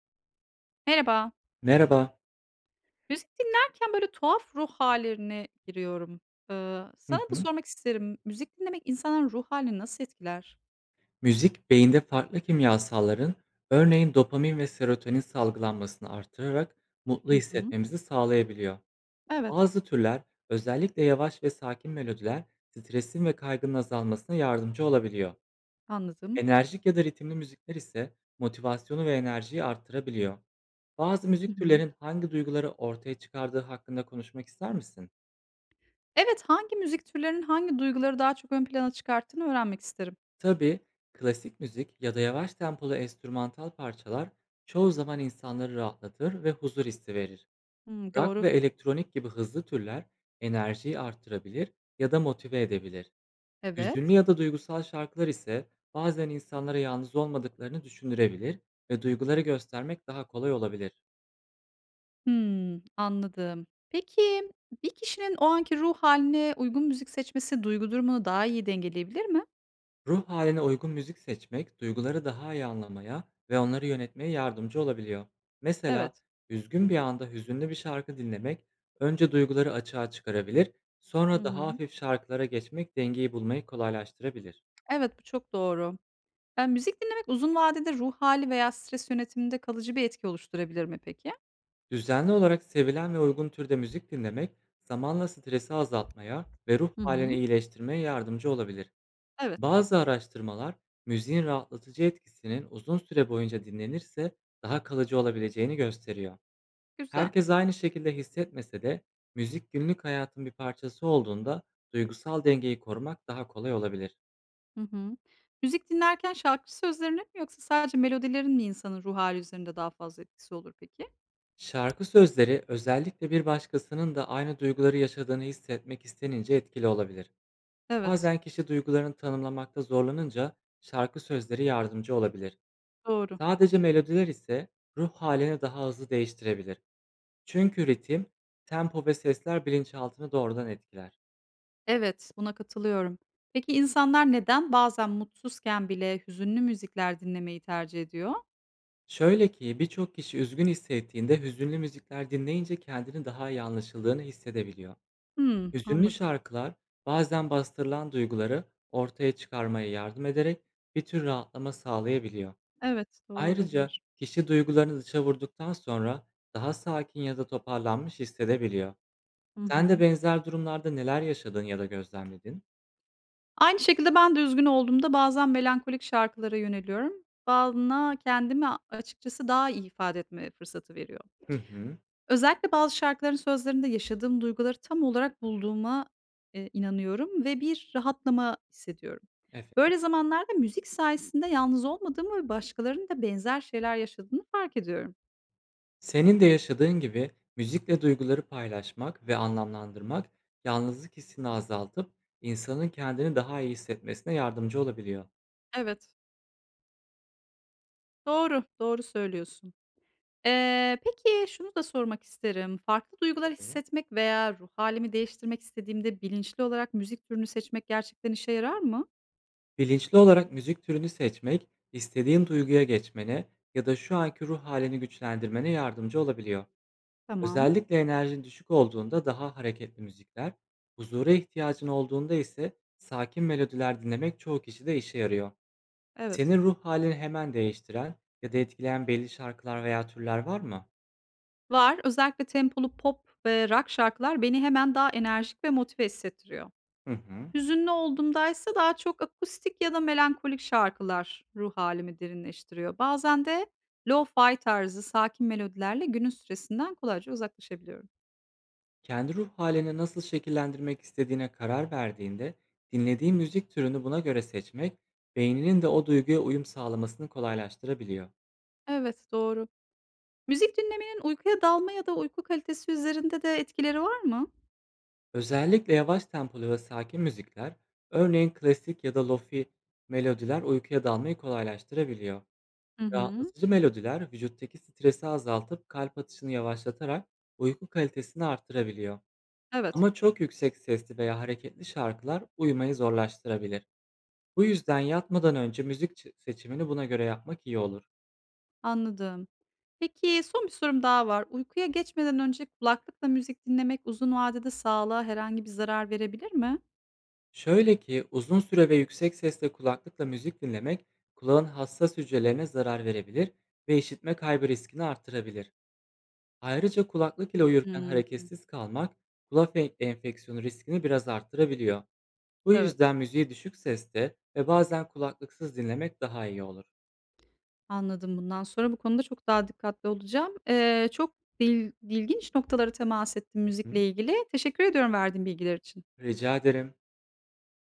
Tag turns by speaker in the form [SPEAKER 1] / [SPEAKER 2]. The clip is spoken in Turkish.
[SPEAKER 1] Merhaba.
[SPEAKER 2] Merhaba.
[SPEAKER 1] Müzik dinlerken böyle tuhaf ruh hâllerine giriyorum.
[SPEAKER 2] Hı
[SPEAKER 1] Sana da
[SPEAKER 2] hı.
[SPEAKER 1] sormak isterim. Müzik dinlemek insanın ruh hâlini nasıl etkiler?
[SPEAKER 2] Müzik beyinde farklı kimyasalların, örneğin dopamin ve serotonin salgılanmasını artırarak mutlu
[SPEAKER 1] Hı hı.
[SPEAKER 2] hissetmemizi sağlayabiliyor.
[SPEAKER 1] Evet,
[SPEAKER 2] Bazı türler, özellikle yavaş ve sakin melodiler, stresin ve kaygının azalmasına yardımcı olabiliyor.
[SPEAKER 1] anladım.
[SPEAKER 2] Enerjik ya da ritimli müzikler ise motivasyonu ve enerjiyi arttırabiliyor. Bazı
[SPEAKER 1] Hı
[SPEAKER 2] müzik
[SPEAKER 1] hı.
[SPEAKER 2] türlerin hangi duyguları ortaya çıkardığı hakkında konuşmak ister misin?
[SPEAKER 1] Evet, hangi müzik türlerinin hangi duyguları daha çok ön plana çıkarttığını öğrenmek isterim.
[SPEAKER 2] Tabii, klasik müzik ya da yavaş tempolu enstrümantal parçalar çoğu zaman insanları rahatlatır ve huzur hissi verir.
[SPEAKER 1] Hımm,
[SPEAKER 2] Rock
[SPEAKER 1] doğru.
[SPEAKER 2] ve elektronik gibi hızlı türler enerjiyi arttırabilir ya da motive edebilir. Hüzünlü
[SPEAKER 1] Evet.
[SPEAKER 2] ya da duygusal şarkılar ise bazen insanlara yalnız olmadıklarını düşündürebilir ve duyguları göstermek daha kolay olabilir.
[SPEAKER 1] Hımm, anladım. Peki, bir kişinin o anki ruh haline uygun müzik seçmesi duygu durumunu daha iyi dengeleyebilir mi?
[SPEAKER 2] Ruh haline uygun müzik seçmek, duyguları daha iyi anlamaya ve onları yönetmeye yardımcı olabiliyor. Mesela,
[SPEAKER 1] Evet.
[SPEAKER 2] üzgün bir anda hüzünlü bir şarkı dinlemek, önce duyguları açığa çıkarabilir,
[SPEAKER 1] Hı
[SPEAKER 2] sonra daha
[SPEAKER 1] hı.
[SPEAKER 2] hafif şarkılara geçmek dengeyi bulmayı kolaylaştırabilir.
[SPEAKER 1] Evet, bu çok doğru. Müzik dinlemek uzun vadede ruh hali veya stres yönetiminde kalıcı bir etki oluşturabilir mi peki?
[SPEAKER 2] Düzenli olarak sevilen ve uygun türde müzik dinlemek, zamanla stresi azaltmaya ve ruh
[SPEAKER 1] Hı
[SPEAKER 2] halini
[SPEAKER 1] hı.
[SPEAKER 2] iyileştirmeye yardımcı olabilir.
[SPEAKER 1] Evet,
[SPEAKER 2] Bazı araştırmalar, müziğin rahatlatıcı etkisinin uzun süre boyunca dinlenirse daha kalıcı olabileceğini gösteriyor.
[SPEAKER 1] güzel.
[SPEAKER 2] Herkes aynı şekilde hissetmese de müzik günlük hayatın bir parçası olduğunda duygusal dengeyi korumak daha kolay olabilir.
[SPEAKER 1] Hı hı. Müzik dinlerken şarkı sözlerinin mi yoksa sadece melodilerin mi insanın ruh hali üzerinde daha fazla etkisi olur peki?
[SPEAKER 2] Şarkı sözleri özellikle bir başkasının da aynı duyguları yaşadığını hissetmek istenince etkili olabilir.
[SPEAKER 1] Evet,
[SPEAKER 2] Bazen kişi duygularını tanımlamakta zorlanınca şarkı sözleri yardımcı olabilir.
[SPEAKER 1] doğru.
[SPEAKER 2] Sadece melodiler ise ruh halini daha hızlı değiştirebilir. Çünkü ritim, tempo ve sesler bilinçaltını doğrudan etkiler.
[SPEAKER 1] Evet, buna katılıyorum. Peki insanlar neden bazen mutsuzken bile hüzünlü müzikler dinlemeyi tercih ediyor?
[SPEAKER 2] Şöyle ki birçok kişi üzgün hissettiğinde hüzünlü müzikler dinleyince kendini daha iyi anlaşıldığını hissedebiliyor.
[SPEAKER 1] Hımm,
[SPEAKER 2] Hüzünlü
[SPEAKER 1] anladım.
[SPEAKER 2] şarkılar bazen bastırılan duyguları ortaya çıkarmaya yardım ederek bir tür rahatlama sağlayabiliyor.
[SPEAKER 1] Evet, doğru
[SPEAKER 2] Ayrıca
[SPEAKER 1] olabilir.
[SPEAKER 2] kişi duygularını dışa vurduktan sonra daha sakin ya da toparlanmış hissedebiliyor.
[SPEAKER 1] Hı
[SPEAKER 2] Sen de
[SPEAKER 1] hı.
[SPEAKER 2] benzer durumlarda neler yaşadın ya da gözlemledin?
[SPEAKER 1] Aynı şekilde ben de üzgün olduğumda bazen melankolik şarkılara yöneliyorum. Bana kendimi açıkçası daha iyi ifade etme fırsatı veriyor.
[SPEAKER 2] Hı hı.
[SPEAKER 1] Özellikle bazı şarkıların sözlerinde yaşadığım duyguları tam olarak bulduğuma, inanıyorum ve bir rahatlama hissediyorum.
[SPEAKER 2] Evet.
[SPEAKER 1] Böyle zamanlarda müzik sayesinde yalnız olmadığımı ve başkalarının da benzer şeyler yaşadığını fark ediyorum.
[SPEAKER 2] Senin de yaşadığın gibi müzikle duyguları paylaşmak ve anlamlandırmak yalnızlık hissini azaltıp insanın kendini daha iyi hissetmesine yardımcı olabiliyor.
[SPEAKER 1] Evet, doğru, doğru söylüyorsun. Peki şunu da sormak isterim. Farklı duygular
[SPEAKER 2] Tabii.
[SPEAKER 1] hissetmek veya ruh halimi değiştirmek istediğimde bilinçli olarak müzik türünü seçmek gerçekten işe yarar mı?
[SPEAKER 2] Bilinçli olarak müzik türünü seçmek, istediğin duyguya geçmene ya da şu anki ruh halini güçlendirmene yardımcı olabiliyor.
[SPEAKER 1] Tamam,
[SPEAKER 2] Özellikle enerjin düşük olduğunda daha hareketli müzikler, huzura ihtiyacın olduğunda ise sakin melodiler dinlemek çoğu kişide işe yarıyor.
[SPEAKER 1] evet.
[SPEAKER 2] Senin ruh halini hemen değiştiren ya da etkileyen belli şarkılar veya türler var mı?
[SPEAKER 1] Var, özellikle tempolu pop ve rock şarkılar beni hemen daha enerjik ve motive hissettiriyor.
[SPEAKER 2] Hı hı.
[SPEAKER 1] Hüzünlü olduğumda ise daha çok akustik ya da melankolik şarkılar ruh halimi derinleştiriyor. Bazen de lo-fi tarzı sakin melodilerle günün stresinden kolayca uzaklaşabiliyorum.
[SPEAKER 2] Kendi ruh halini nasıl şekillendirmek istediğine karar verdiğinde, dinlediğin müzik türünü buna göre seçmek, beyninin de o duyguya uyum sağlamasını kolaylaştırabiliyor.
[SPEAKER 1] Evet, doğru. Müzik dinlemenin uykuya dalma ya da uyku kalitesi üzerinde de etkileri var mı?
[SPEAKER 2] Özellikle yavaş tempolu ve sakin müzikler, örneğin klasik ya da lofi melodiler uykuya dalmayı kolaylaştırabiliyor.
[SPEAKER 1] Hı hı.
[SPEAKER 2] Rahatlatıcı melodiler vücuttaki stresi azaltıp kalp atışını yavaşlatarak uyku kalitesini artırabiliyor.
[SPEAKER 1] Evet,
[SPEAKER 2] Ama çok yüksek sesli veya hareketli şarkılar uyumayı zorlaştırabilir. Bu yüzden yatmadan önce seçimini buna göre yapmak iyi olur.
[SPEAKER 1] anladım. Peki son bir sorum daha var. Uykuya geçmeden önce kulaklıkla müzik dinlemek uzun vadede sağlığa herhangi bir zarar verebilir mi?
[SPEAKER 2] Şöyle ki uzun süre ve yüksek sesle kulaklıkla müzik dinlemek kulağın hassas hücrelerine zarar verebilir ve işitme kaybı riskini artırabilir. Ayrıca kulaklık ile uyurken
[SPEAKER 1] Hımm.
[SPEAKER 2] hareketsiz kalmak enfeksiyonu riskini biraz artırabiliyor. Bu
[SPEAKER 1] Evet,
[SPEAKER 2] yüzden müziği düşük seste ve bazen kulaklıksız dinlemek daha iyi olur.
[SPEAKER 1] anladım. Bundan sonra bu konuda çok daha dikkatli olacağım. Çok dil ilginç noktalara temas ettim
[SPEAKER 2] Hı?
[SPEAKER 1] müzikle ilgili. Teşekkür ediyorum verdiğin bilgiler için.
[SPEAKER 2] Rica ederim.